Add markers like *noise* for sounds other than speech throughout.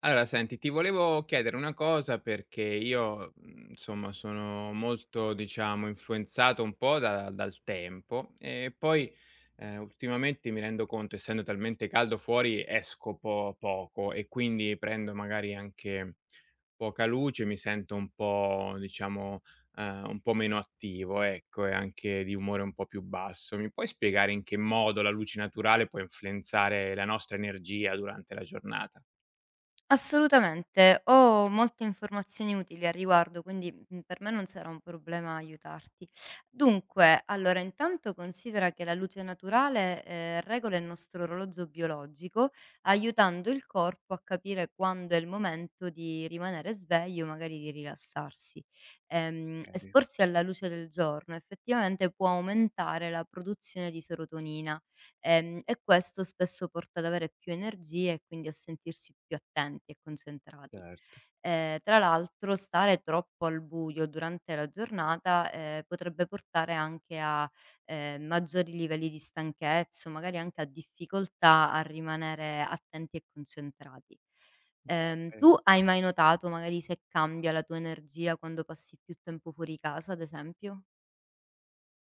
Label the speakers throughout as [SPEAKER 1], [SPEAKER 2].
[SPEAKER 1] Allora senti, ti volevo chiedere una cosa perché io, mhmm, insomma sono molto, diciamo, influenzato un po' da dal tempo e poi, ultimamente mi rendo conto, essendo talmente caldo fuori, esco po poco e quindi prendo magari anche poca luce, mi sento un po' diciamo, un po' meno attivo, ecco, e anche di umore un po' più basso. Mi puoi spiegare in che modo la luce naturale può influenzare la nostra energia durante la giornata?
[SPEAKER 2] Assolutamente, ho molte informazioni utili al riguardo, quindi, mhmm, per me non sarà un problema aiutarti. Dunque, allora intanto considera che la luce naturale, regola il nostro orologio biologico, aiutando il corpo a capire quando è il momento di rimanere sveglio, magari di rilassarsi. Esporsi alla luce del giorno effettivamente può aumentare la produzione di serotonina. E questo spesso porta ad avere più energie e quindi a sentirsi più attenti e concentrati.
[SPEAKER 1] Certo,
[SPEAKER 2] Tra l'altro, stare troppo al buio durante la giornata, potrebbe portare anche a, maggiori livelli di stanchezza o magari anche a difficoltà a rimanere attenti e concentrati.
[SPEAKER 1] ehm,
[SPEAKER 2] Tu hai mai notato magari se cambia la tua energia quando passi più tempo fuori casa, ad esempio?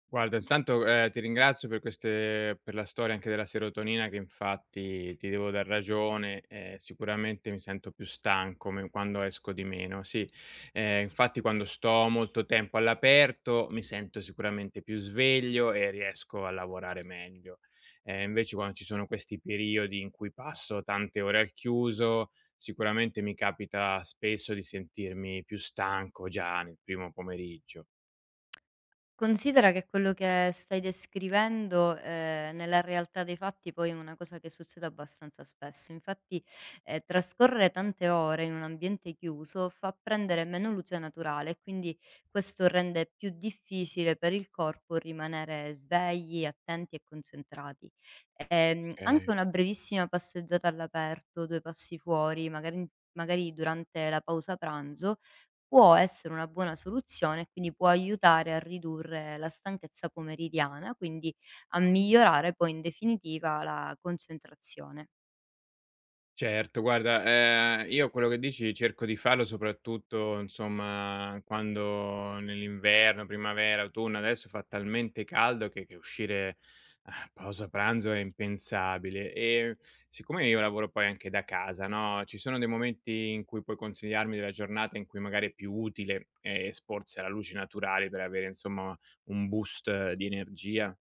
[SPEAKER 1] guarda intanto, ti ringrazio per la storia anche della serotonina che infatti ti devo dar ragione, sicuramente mi sento più stanco me quando esco di meno, sì. Infatti quando sto molto tempo all'aperto mi sento sicuramente più sveglio e riesco a lavorare meglio. Invece quando ci sono questi periodi in cui passo tante ore al chiuso, sicuramente mi capita spesso di sentirmi più stanco già nel primo pomeriggio,
[SPEAKER 2] Considera che quello che stai descrivendo, nella realtà dei fatti poi è una cosa che succede abbastanza spesso. Infatti, trascorrere tante ore in un ambiente chiuso fa prendere meno luce naturale e quindi questo rende più difficile per il corpo rimanere svegli, attenti e concentrati.
[SPEAKER 1] ehm
[SPEAKER 2] Anche una brevissima passeggiata all'aperto, 2 passi fuori, magari durante la pausa pranzo, può essere una buona soluzione e quindi può aiutare a ridurre la stanchezza pomeridiana, quindi a migliorare poi in definitiva la concentrazione.
[SPEAKER 1] Certo, guarda, io quello che dici cerco di farlo soprattutto, insomma, quando nell'inverno, primavera, autunno, adesso fa talmente caldo che uscire a pausa pranzo è impensabile. E siccome io lavoro poi anche da casa, no, ci sono dei momenti in cui puoi consigliarmi della giornata in cui magari è più utile, esporsi alla luce naturale per avere, insomma, un boost di energia?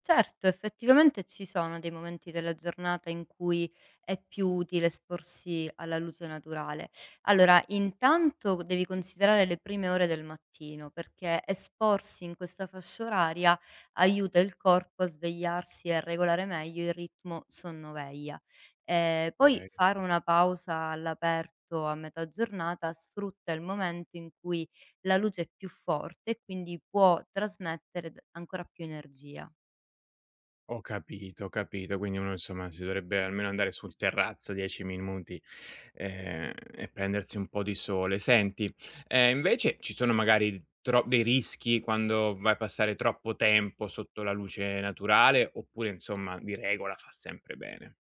[SPEAKER 2] Certo, effettivamente ci sono dei momenti della giornata in cui è più utile esporsi alla luce naturale. Allora, intanto devi considerare le prime ore del mattino, perché esporsi in questa fascia oraria aiuta il corpo a svegliarsi e a regolare meglio il ritmo sonno-veglia. Poi
[SPEAKER 1] Okay.
[SPEAKER 2] fare una pausa all'aperto a metà giornata sfrutta il momento in cui la luce è più forte e quindi può trasmettere ancora più energia.
[SPEAKER 1] Ho capito, ho capito. Quindi uno insomma si dovrebbe almeno andare sul terrazzo 10 minuti, e prendersi un po' di sole. Senti, invece ci sono magari tro dei rischi quando vai a passare troppo tempo sotto la luce naturale, oppure insomma di regola fa sempre bene?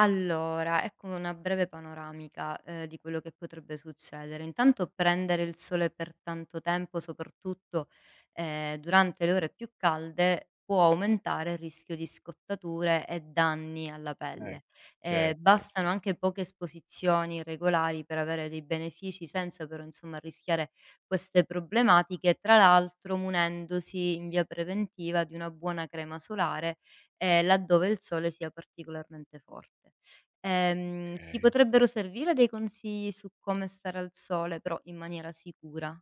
[SPEAKER 2] Allora, ecco una breve panoramica, di quello che potrebbe succedere. Intanto, prendere il sole per tanto tempo, soprattutto, durante le ore più calde, può aumentare il rischio di scottature e danni alla
[SPEAKER 1] Eh,
[SPEAKER 2] pelle.
[SPEAKER 1] certo,
[SPEAKER 2] Bastano
[SPEAKER 1] cer
[SPEAKER 2] anche poche esposizioni regolari per avere dei benefici senza però, insomma, rischiare queste problematiche, tra l'altro munendosi in via preventiva di una buona crema solare laddove il sole sia particolarmente forte. Ti
[SPEAKER 1] okay.
[SPEAKER 2] potrebbero servire dei consigli su come stare al sole, però in maniera sicura?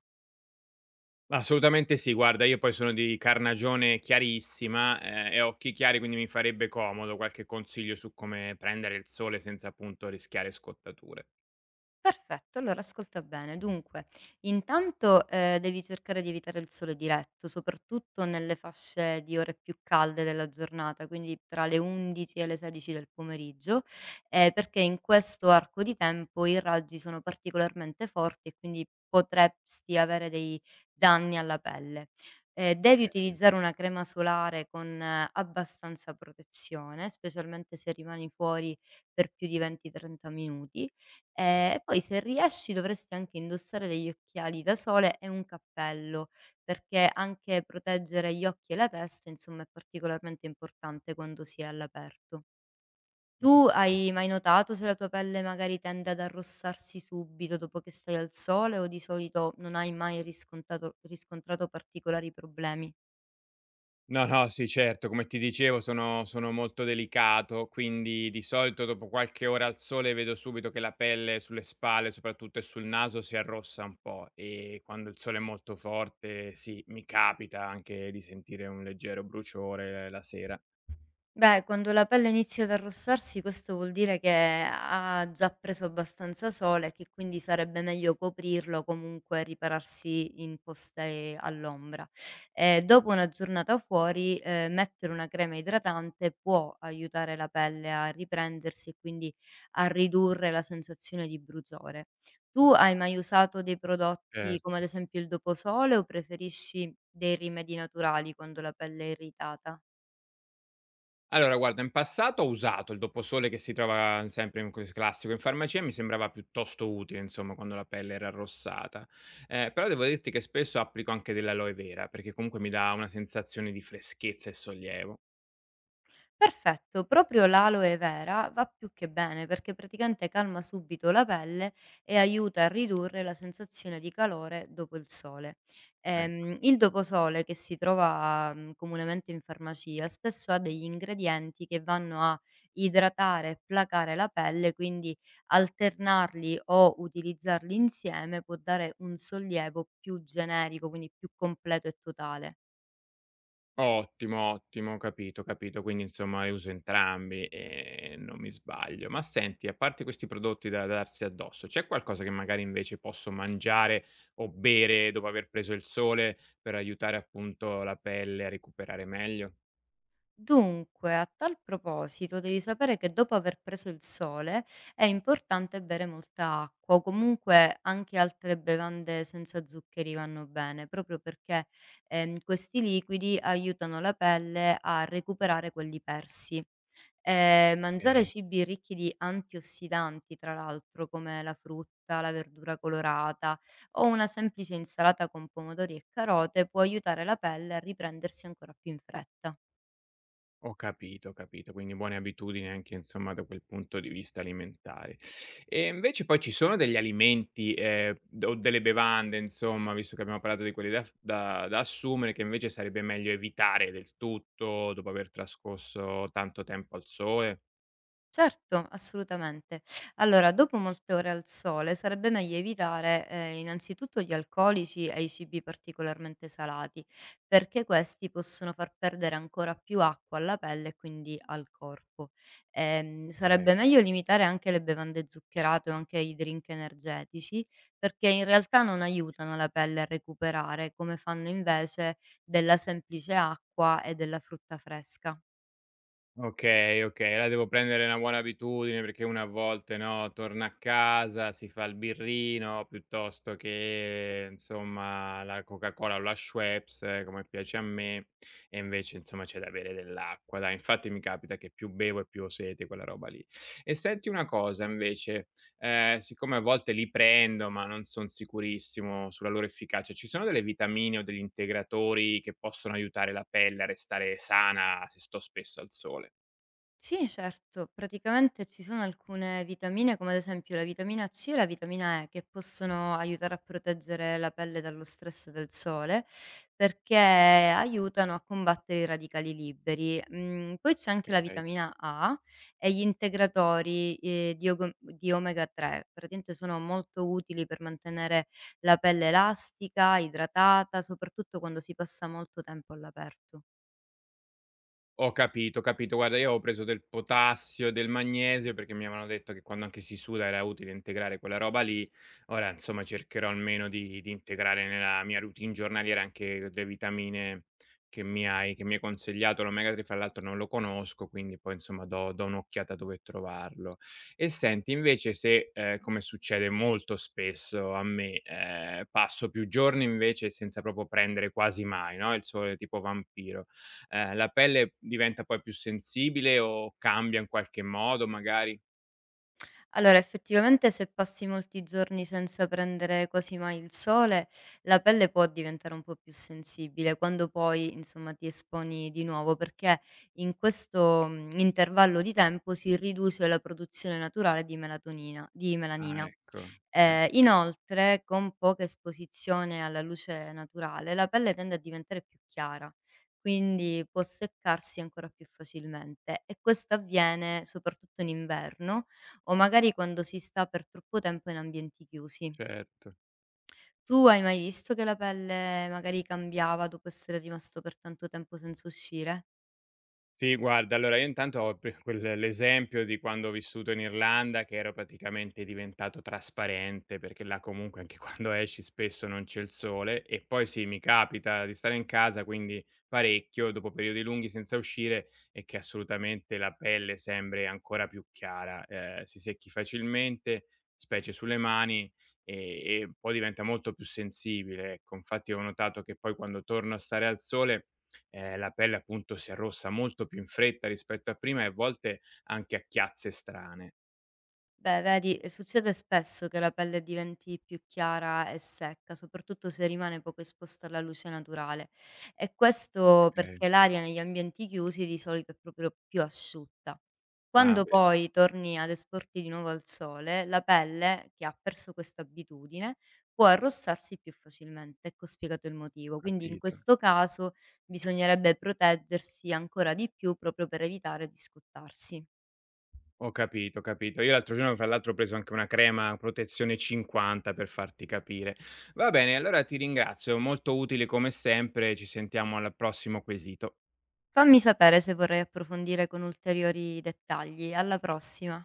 [SPEAKER 1] Assolutamente sì, guarda io poi sono di carnagione chiarissima, e occhi chiari quindi mi farebbe comodo qualche consiglio su come prendere il sole senza appunto rischiare scottature.
[SPEAKER 2] Perfetto, allora ascolta bene. Dunque, intanto, devi cercare di evitare il sole diretto, soprattutto nelle fasce di ore più calde della giornata, quindi tra le 11 e le 16 del pomeriggio, perché in questo arco di tempo i raggi sono particolarmente forti e quindi potresti avere dei danni alla pelle. Devi
[SPEAKER 1] Okay,
[SPEAKER 2] utilizzare una crema solare con abbastanza protezione, specialmente se rimani fuori per più di 20, 30 minuti.
[SPEAKER 1] okay,
[SPEAKER 2] E poi, se riesci, dovresti anche indossare degli occhiali da sole e un cappello, perché anche proteggere gli occhi e la testa, insomma, è particolarmente importante quando si è all'aperto.
[SPEAKER 1] ho
[SPEAKER 2] Tu hai
[SPEAKER 1] capito.
[SPEAKER 2] mai notato se la tua pelle magari tende ad arrossarsi subito dopo che stai al sole o di solito non hai mai riscontato riscontrato particolari problemi?
[SPEAKER 1] No, no, sì certo, come ti dicevo sono molto delicato, quindi di solito dopo qualche ora al sole vedo subito che la pelle sulle spalle soprattutto e sul naso si arrossa un po', e quando il sole è molto forte sì, mi capita anche di sentire un leggero bruciore la sera.
[SPEAKER 2] Beh, quando la pelle inizia ad arrossarsi, questo vuol dire che ha già preso abbastanza sole e che quindi sarebbe meglio coprirlo o comunque ripararsi in poste all'ombra. Dopo una giornata fuori, mettere una crema idratante può aiutare la pelle a riprendersi e quindi a ridurre la sensazione di bruciore. Tu hai mai usato dei prodotti come ad
[SPEAKER 1] Certo.
[SPEAKER 2] esempio il doposole o preferisci dei rimedi naturali quando la pelle è irritata?
[SPEAKER 1] Allora guarda, in passato ho usato il Doposole che si trova sempre in ques classico in farmacia, mi sembrava piuttosto utile insomma quando la pelle era arrossata. Però devo dirti che spesso applico anche dell'aloe vera, perché comunque mi dà una sensazione di freschezza e sollievo,
[SPEAKER 2] Perfetto, proprio l'aloe vera va più che bene perché praticamente calma subito la pelle e aiuta a ridurre la sensazione di calore dopo il sole.
[SPEAKER 1] e
[SPEAKER 2] Il doposole che si trova, comunemente in farmacia, spesso ha degli ingredienti che vanno a idratare e placare la pelle, quindi alternarli o utilizzarli insieme può dare un sollievo più generico, quindi più completo e totale.
[SPEAKER 1] Ottimo, ottimo, ho capito, ho capito. Quindi insomma li uso entrambi e non mi sbaglio. Ma senti, a parte questi prodotti da darsi addosso, c'è qualcosa che magari invece posso mangiare o bere dopo aver preso il sole per aiutare appunto la pelle a recuperare meglio?
[SPEAKER 2] Dunque, a tal proposito, devi sapere che dopo aver preso il sole è importante bere molta acqua, o comunque anche altre bevande senza zuccheri vanno bene, proprio perché questi liquidi aiutano la pelle a recuperare quelli persi. Mangiare
[SPEAKER 1] Ok.
[SPEAKER 2] cibi ricchi di antiossidanti, tra l'altro, come la frutta, la verdura colorata o una semplice insalata con pomodori e carote, può aiutare la pelle a riprendersi ancora più in fretta.
[SPEAKER 1] Ho capito, quindi buone abitudini anche insomma da quel punto di vista alimentare. E invece poi ci sono degli alimenti, d o delle bevande insomma, visto che abbiamo parlato di quelli da assumere, che invece sarebbe meglio evitare del tutto dopo aver trascorso tanto tempo al sole?
[SPEAKER 2] Certo, assolutamente. Allora, dopo molte ore al sole sarebbe meglio evitare innanzitutto gli alcolici e i cibi particolarmente salati, perché questi possono far perdere ancora più acqua alla pelle e quindi al corpo. Sarebbe
[SPEAKER 1] Okay.
[SPEAKER 2] meglio limitare anche le bevande zuccherate o anche i drink energetici, perché in realtà non aiutano la pelle a recuperare, come fanno invece della semplice acqua e della frutta fresca.
[SPEAKER 1] Okay, okay, allora devo prendere è una buona abitudine perché uno a volte, no, torna a casa, si fa il birrino piuttosto che, insomma, la Coca-Cola o la Schweppes, come piace a me, e invece, insomma, c'è da bere dell'acqua. Dai, infatti mi capita che più bevo e più ho sete, quella roba lì. E senti una cosa invece, siccome a volte li prendo, ma non son sicurissimo sulla loro efficacia, ci sono delle vitamine o degli integratori che possono aiutare la pelle a restare sana se sto spesso al sole?
[SPEAKER 2] Sì, certo. Praticamente ci sono alcune vitamine, come ad esempio la vitamina C e la vitamina E, che possono aiutare a proteggere la pelle dallo stress del sole, perché aiutano a combattere i radicali liberi. Mm, poi c'è anche la
[SPEAKER 1] Okay.
[SPEAKER 2] vitamina A e gli integratori, di omega 3. Praticamente sono molto utili per mantenere la pelle elastica, idratata, soprattutto quando si passa molto tempo all'aperto.
[SPEAKER 1] Ho capito, ho capito. Guarda, io avevo preso del potassio e del magnesio perché mi avevano detto che quando anche si suda era utile integrare quella roba lì. Ora, insomma, cercherò almeno di integrare nella mia routine giornaliera anche le vitamine che mi hai consigliato. L'omega 3 fra l'altro non lo conosco, quindi poi insomma do un'occhiata dove trovarlo. E senti, invece se, come succede molto spesso a me, passo più giorni invece senza proprio prendere quasi mai, no, il sole tipo vampiro la pelle diventa poi più sensibile o cambia in qualche modo magari?
[SPEAKER 2] Allora, effettivamente se passi molti giorni senza prendere quasi mai il sole, la pelle può diventare un po' più sensibile quando poi, insomma, ti esponi di nuovo, perché in questo, mhmm, intervallo di tempo si riduce la produzione naturale di melatonina di
[SPEAKER 1] Ah
[SPEAKER 2] melanina.
[SPEAKER 1] ecco, ecco,
[SPEAKER 2] Inoltre, con poca esposizione alla luce naturale, la pelle tende a diventare più chiara, quindi può seccarsi ancora più facilmente, e questo avviene soprattutto in inverno o magari quando si sta per troppo tempo in ambienti chiusi.
[SPEAKER 1] certo.
[SPEAKER 2] Tu hai mai visto che la pelle magari cambiava dopo essere rimasto per tanto tempo senza uscire?
[SPEAKER 1] Sì, guarda, allora io intanto ho pe quel l'esempio di quando ho vissuto in Irlanda, che ero praticamente diventato trasparente, perché là comunque anche *laughs* quando esci spesso non c'è il sole, e poi sì, mi capita di stare in casa, quindi parecchio, dopo periodi lunghi senza uscire e che assolutamente la pelle sembri ancora più chiara, si secchi facilmente, specie sulle mani, e poi diventa molto più sensibile, ecco. Infatti ho notato che poi quando torno a stare al sole la pelle appunto si arrossa molto più in fretta rispetto a prima e a volte anche a chiazze strane.
[SPEAKER 2] Beh, vedi, succede spesso che la pelle diventi più chiara e secca, soprattutto se rimane poco esposta alla luce naturale. E questo
[SPEAKER 1] Okay.
[SPEAKER 2] perché l'aria negli ambienti chiusi di solito è proprio più asciutta.
[SPEAKER 1] Ah
[SPEAKER 2] Quando
[SPEAKER 1] vedi,
[SPEAKER 2] poi torni ad esporti di nuovo al sole, la pelle, che ha perso questa abitudine, può arrossarsi più facilmente. Ecco spiegato il
[SPEAKER 1] ho
[SPEAKER 2] motivo. Quindi in
[SPEAKER 1] capito.
[SPEAKER 2] questo caso bisognerebbe proteggersi ancora di più proprio per evitare di scottarsi.
[SPEAKER 1] Ho capito, ho capito. Io l'altro giorno fra l'altro ho preso anche una crema protezione 50 per farti capire. Va bene, allora ti ringrazio, molto utili come sempre, ci sentiamo al prossimo quesito.
[SPEAKER 2] Fammi sapere se vorrai approfondire con ulteriori dettagli. Alla prossima.